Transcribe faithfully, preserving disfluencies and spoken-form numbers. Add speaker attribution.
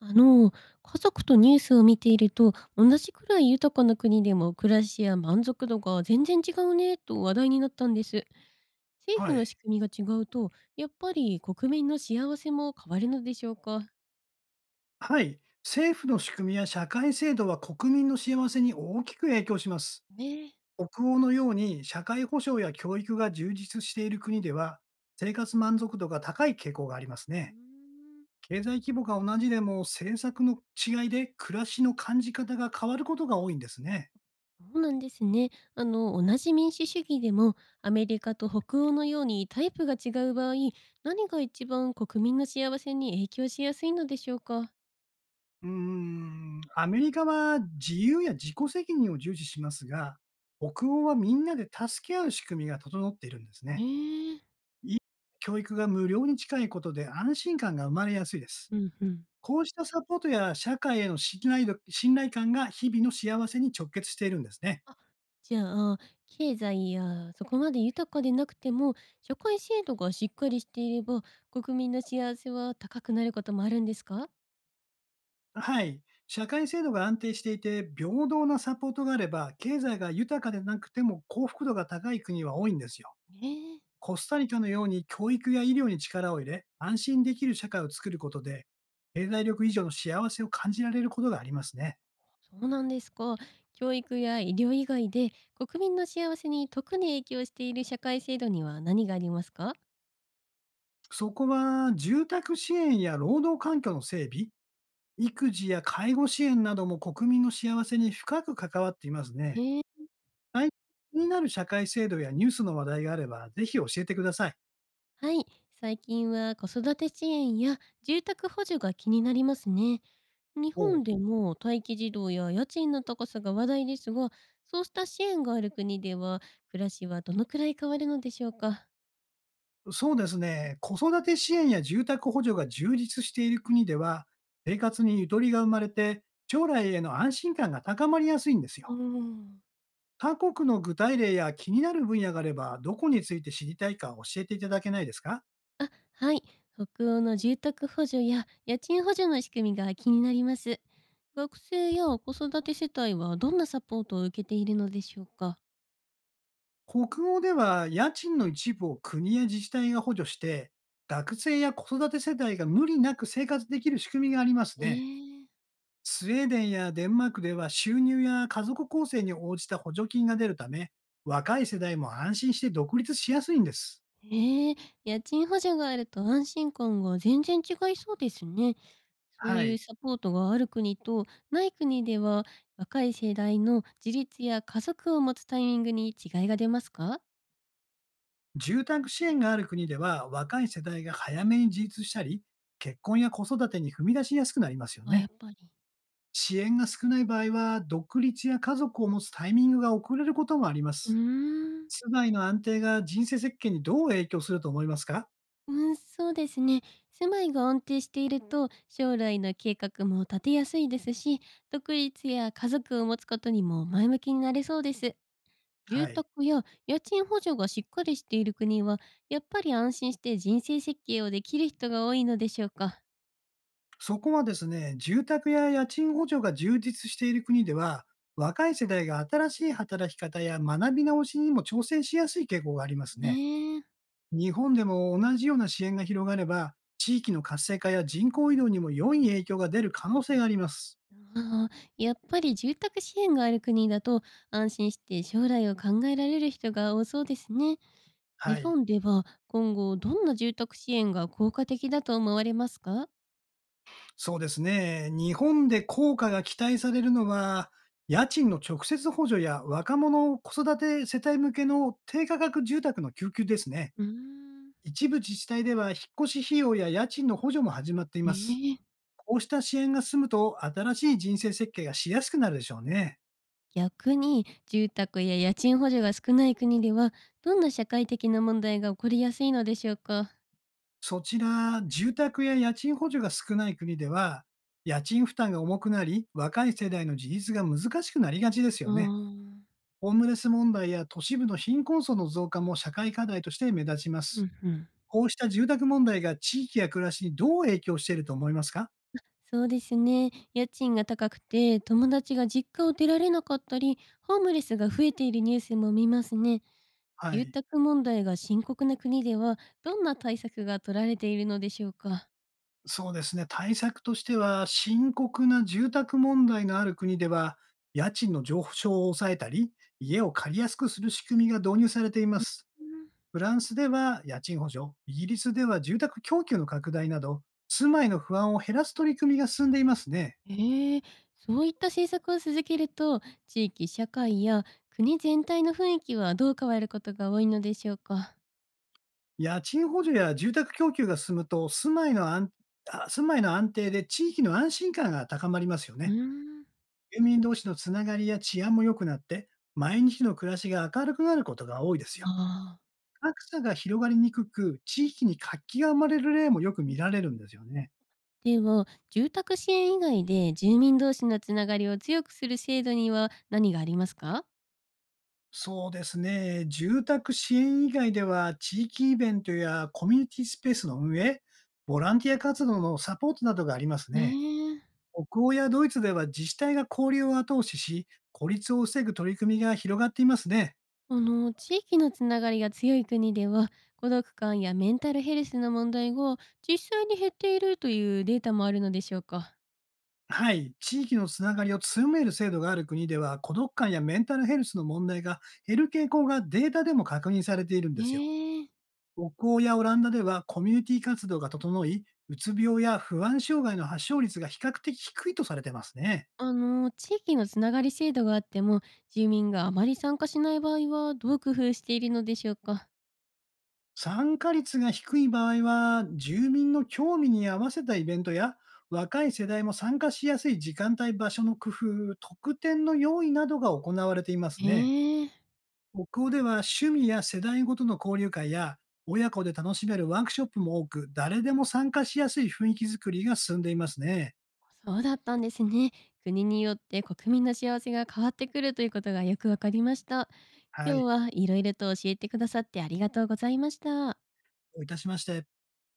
Speaker 1: あの、家族とニュースを見ていると、同じくらい豊かな国でも暮らしや満足度が全然違うねと話題になったんです。政府
Speaker 2: は
Speaker 1: の
Speaker 2: い。
Speaker 1: 仕組みが違うと、やっぱり国民の幸せも変わるのでしょうか。
Speaker 2: はい。政府の仕組みや社会制度は国民の幸せに大きく影響します。
Speaker 1: ねえ。
Speaker 2: 北欧のように社会保障や教育が充実している国では、生活満足度が高い傾向があります
Speaker 1: うー
Speaker 2: ね。
Speaker 1: ん、
Speaker 2: 経済規模が同じでも政策の違いで暮らしの感じ方が変わることが多いんですね。
Speaker 1: そうなんですね。あの、同じ民主主義でも、アメリカと北欧のようにタイプが違う場合、何が一番国民の幸せに影響しやすいのでしょうか。
Speaker 2: うーん、アメリカは自由や自己責任を重視しますが、北欧はみんなで助け合う仕組みが整っているんですね。
Speaker 1: ええ。
Speaker 2: 教育が無料に近いことで安心感が生まれやすいです。
Speaker 1: うんうん。
Speaker 2: こうしたサポートや社会への信頼度信頼感が日々の幸せに直結しているんですね。
Speaker 1: あ、じゃあ、経済やそこまで豊かでなくても、社会制度がしっかりしていれば、国民の幸せは高くなることもあるんですか？
Speaker 2: はい。社会制度が安定していて、平等なサポートがあれば、経済が豊かでなくても幸福度が高い国は多いんですよ。
Speaker 1: ねえ。
Speaker 2: コスタリカのように教育や医療に力を入れ、安心できる社会を作ることで、経済力以上の幸せを感じられることがありますね。
Speaker 1: そうなんですか。教育や医療以外で、国民の幸せに特に影響している社会制度には何がありますか？
Speaker 2: そこは、住宅支援や労働環境の整備、育児や介護支援なども国民の幸せに深く関わっていますね。
Speaker 1: へえ。
Speaker 2: 最近気になる社会制度やニュースの話題があれば、ぜひ教えてください。
Speaker 1: はい、最近は子育て支援や住宅補助が気になりますね。日
Speaker 2: お
Speaker 1: 本
Speaker 2: う、
Speaker 1: でも待機児童や家賃の高さが話題ですが、そうした支援がある国では暮らしはどのくらい変わるのでしょうか。
Speaker 2: そうですね。子育て支援や住宅補助が充実している国では、生活にゆとりが生まれて、将来への安心感が高まりやすいんです
Speaker 1: う
Speaker 2: よ。
Speaker 1: ーん、
Speaker 2: 他国の具体例や気になる分野があれば、どこについて知りたいか教えていただけないですか。
Speaker 1: あ、はい、北欧の住宅補助や家賃補助の仕組みが気になります。学生や子育て世帯はどんなサポートを受けているのでしょうか。
Speaker 2: 北欧では家賃の一部を国や自治体が補助して、学生や子育て世帯が無理なく生活できる仕組みがあります
Speaker 1: え
Speaker 2: ね。
Speaker 1: え。
Speaker 2: スウェーデンやデンマークでは収入や家族構成に応じた補助金が出るため、若い世代も安心して独立しやすいんです。
Speaker 1: ええ、家賃補助があると安心感が全然違いそうですね。そう
Speaker 2: は
Speaker 1: いう
Speaker 2: い。
Speaker 1: サポートがある国とない国では、若い世代の自立や家族を持つタイミングに違いが出ますか？
Speaker 2: 住宅支援がある国では若い世代が早めに自立したり、結婚や子育てに踏み出しやすくなりますよ
Speaker 1: あ、や
Speaker 2: ね。
Speaker 1: っぱり。
Speaker 2: 支援が少ない場合は、独立や家族を持つタイミングが遅れることもありま
Speaker 1: うー
Speaker 2: す。
Speaker 1: ん、
Speaker 2: 住まいの安定が人生設計にどう影響すると思いますか。
Speaker 1: うん、そうですね。住まいが安定していると将来の計画も立てやすいですし、独立や家族を持つことにも前向きになれそうです。
Speaker 2: は
Speaker 1: 住
Speaker 2: い。
Speaker 1: 宅や家賃補助がしっかりしている国は、やっぱり安心して人生設計をできる人が多いのでしょうか。
Speaker 2: そこはですね、住宅や家賃補助が充実している国では、若い世代が新しい働き方や学び直しにも挑戦しやすい傾向がありますね。
Speaker 1: ねえ。
Speaker 2: 日本でも同じような支援が広がれば、地域の活性化や人口移動にも良い影響が出る可能性があります。
Speaker 1: ああ、やっぱり住宅支援がある国だと安心して将来を考えられる人が多そうですね。
Speaker 2: は
Speaker 1: 日
Speaker 2: い。
Speaker 1: 本では今後どんな住宅支援が効果的だと思われますか？
Speaker 2: そうですね。日本で効果が期待されるのは、家賃の直接補助や若者子育て世帯向けの低価格住宅の救急ですね。
Speaker 1: うーん。
Speaker 2: 一部自治体では引っ越し費用や家賃の補助も始まっています。
Speaker 1: ええ。
Speaker 2: こうした支援が進むと新しい人生設計がしやすくなるでしょうね。
Speaker 1: 逆に住宅や家賃補助が少ない国ではどんな社会的な問題が起こりやすいのでしょうか。
Speaker 2: そちら、住宅や家賃補助が少ない国では、家賃負担が重くなり、若い世代の自立が難しくなりがちですよ
Speaker 1: うー
Speaker 2: ね。
Speaker 1: ん。
Speaker 2: ホームレス問題や都市部の貧困層の増加も社会課題として目立ちま
Speaker 1: う
Speaker 2: す。
Speaker 1: んうん。
Speaker 2: こうした住宅問題が地域や暮らしにどう影響していると思いますか。
Speaker 1: そうですね。家賃が高くて、友達が実家を出られなかったり、ホームレスが増えているニュースも見ますね。
Speaker 2: は
Speaker 1: 住
Speaker 2: い。
Speaker 1: 宅問題が深刻な国では、どんな対策が取られているのでしょうか。
Speaker 2: そうですね。対策としては、深刻な住宅問題のある国では、家賃の上昇を抑えたり、家を借りやすくする仕組みが導入されています。
Speaker 1: うん。
Speaker 2: フランスでは家賃補助、イギリスでは住宅供給の拡大など、住まいの不安を減らす取り組みが進んでいますね。
Speaker 1: ええ。そういった政策を続けると、地域社会や国全体の雰囲気はどう変わることが多いのでしょうか。
Speaker 2: 家賃補助や住宅供給が進むと、住まいの安あ住まいの安定で地域の安心感が高まりますよ
Speaker 1: うー
Speaker 2: ね。
Speaker 1: ん。
Speaker 2: 住民同士のつながりや治安も良くなって、毎日の暮らしが明るくなることが多いですよ。
Speaker 1: ああ。
Speaker 2: 格差が広がりにくく、地域に活気が生まれる例もよく見られるんですよね。
Speaker 1: では、住宅支援以外で住民同士のつながりを強くする制度には何がありますか？
Speaker 2: そうですね。住宅支援以外では、地域イベントやコミュニティスペースの運営、ボランティア活動のサポートなどがあります
Speaker 1: ね
Speaker 2: ね。
Speaker 1: え。
Speaker 2: 北欧やドイツでは自治体が交流を後押しし、孤立を防ぐ取り組みが広がっていますね。
Speaker 1: あの、地域のつながりが強い国では、孤独感やメンタルヘルスの問題が実際に減っているというデータもあるのでしょうか？
Speaker 2: はい。地域のつながりを強める制度がある国では、孤独感やメンタルヘルスの問題が減る傾向がデータでも確認されているんですよ。
Speaker 1: ねえ。
Speaker 2: 北欧やオランダではコミュニティ活動が整い、うつ病や不安障害の発症率が比較的低いとされてますね。
Speaker 1: あの、地域のつながり制度があっても、住民があまり参加しない場合はどう工夫しているのでしょうか？
Speaker 2: 参加率が低い場合は、住民の興味に合わせたイベントや、若い世代も参加しやすい時間帯、場所の工夫、特典の用意などが行われています
Speaker 1: ね
Speaker 2: ね。
Speaker 1: え。
Speaker 2: 北欧では趣味や世代ごとの交流会や、親子で楽しめるワークショップも多く、誰でも参加しやすい雰囲気づくりが進んでいますね。
Speaker 1: そうだったんですね。国によって国民の幸せが変わってくるということがよくわかりました。
Speaker 2: は
Speaker 1: 今日
Speaker 2: い。
Speaker 1: はいろいろと教えてくださってありがとうございました。
Speaker 2: どういたしまして。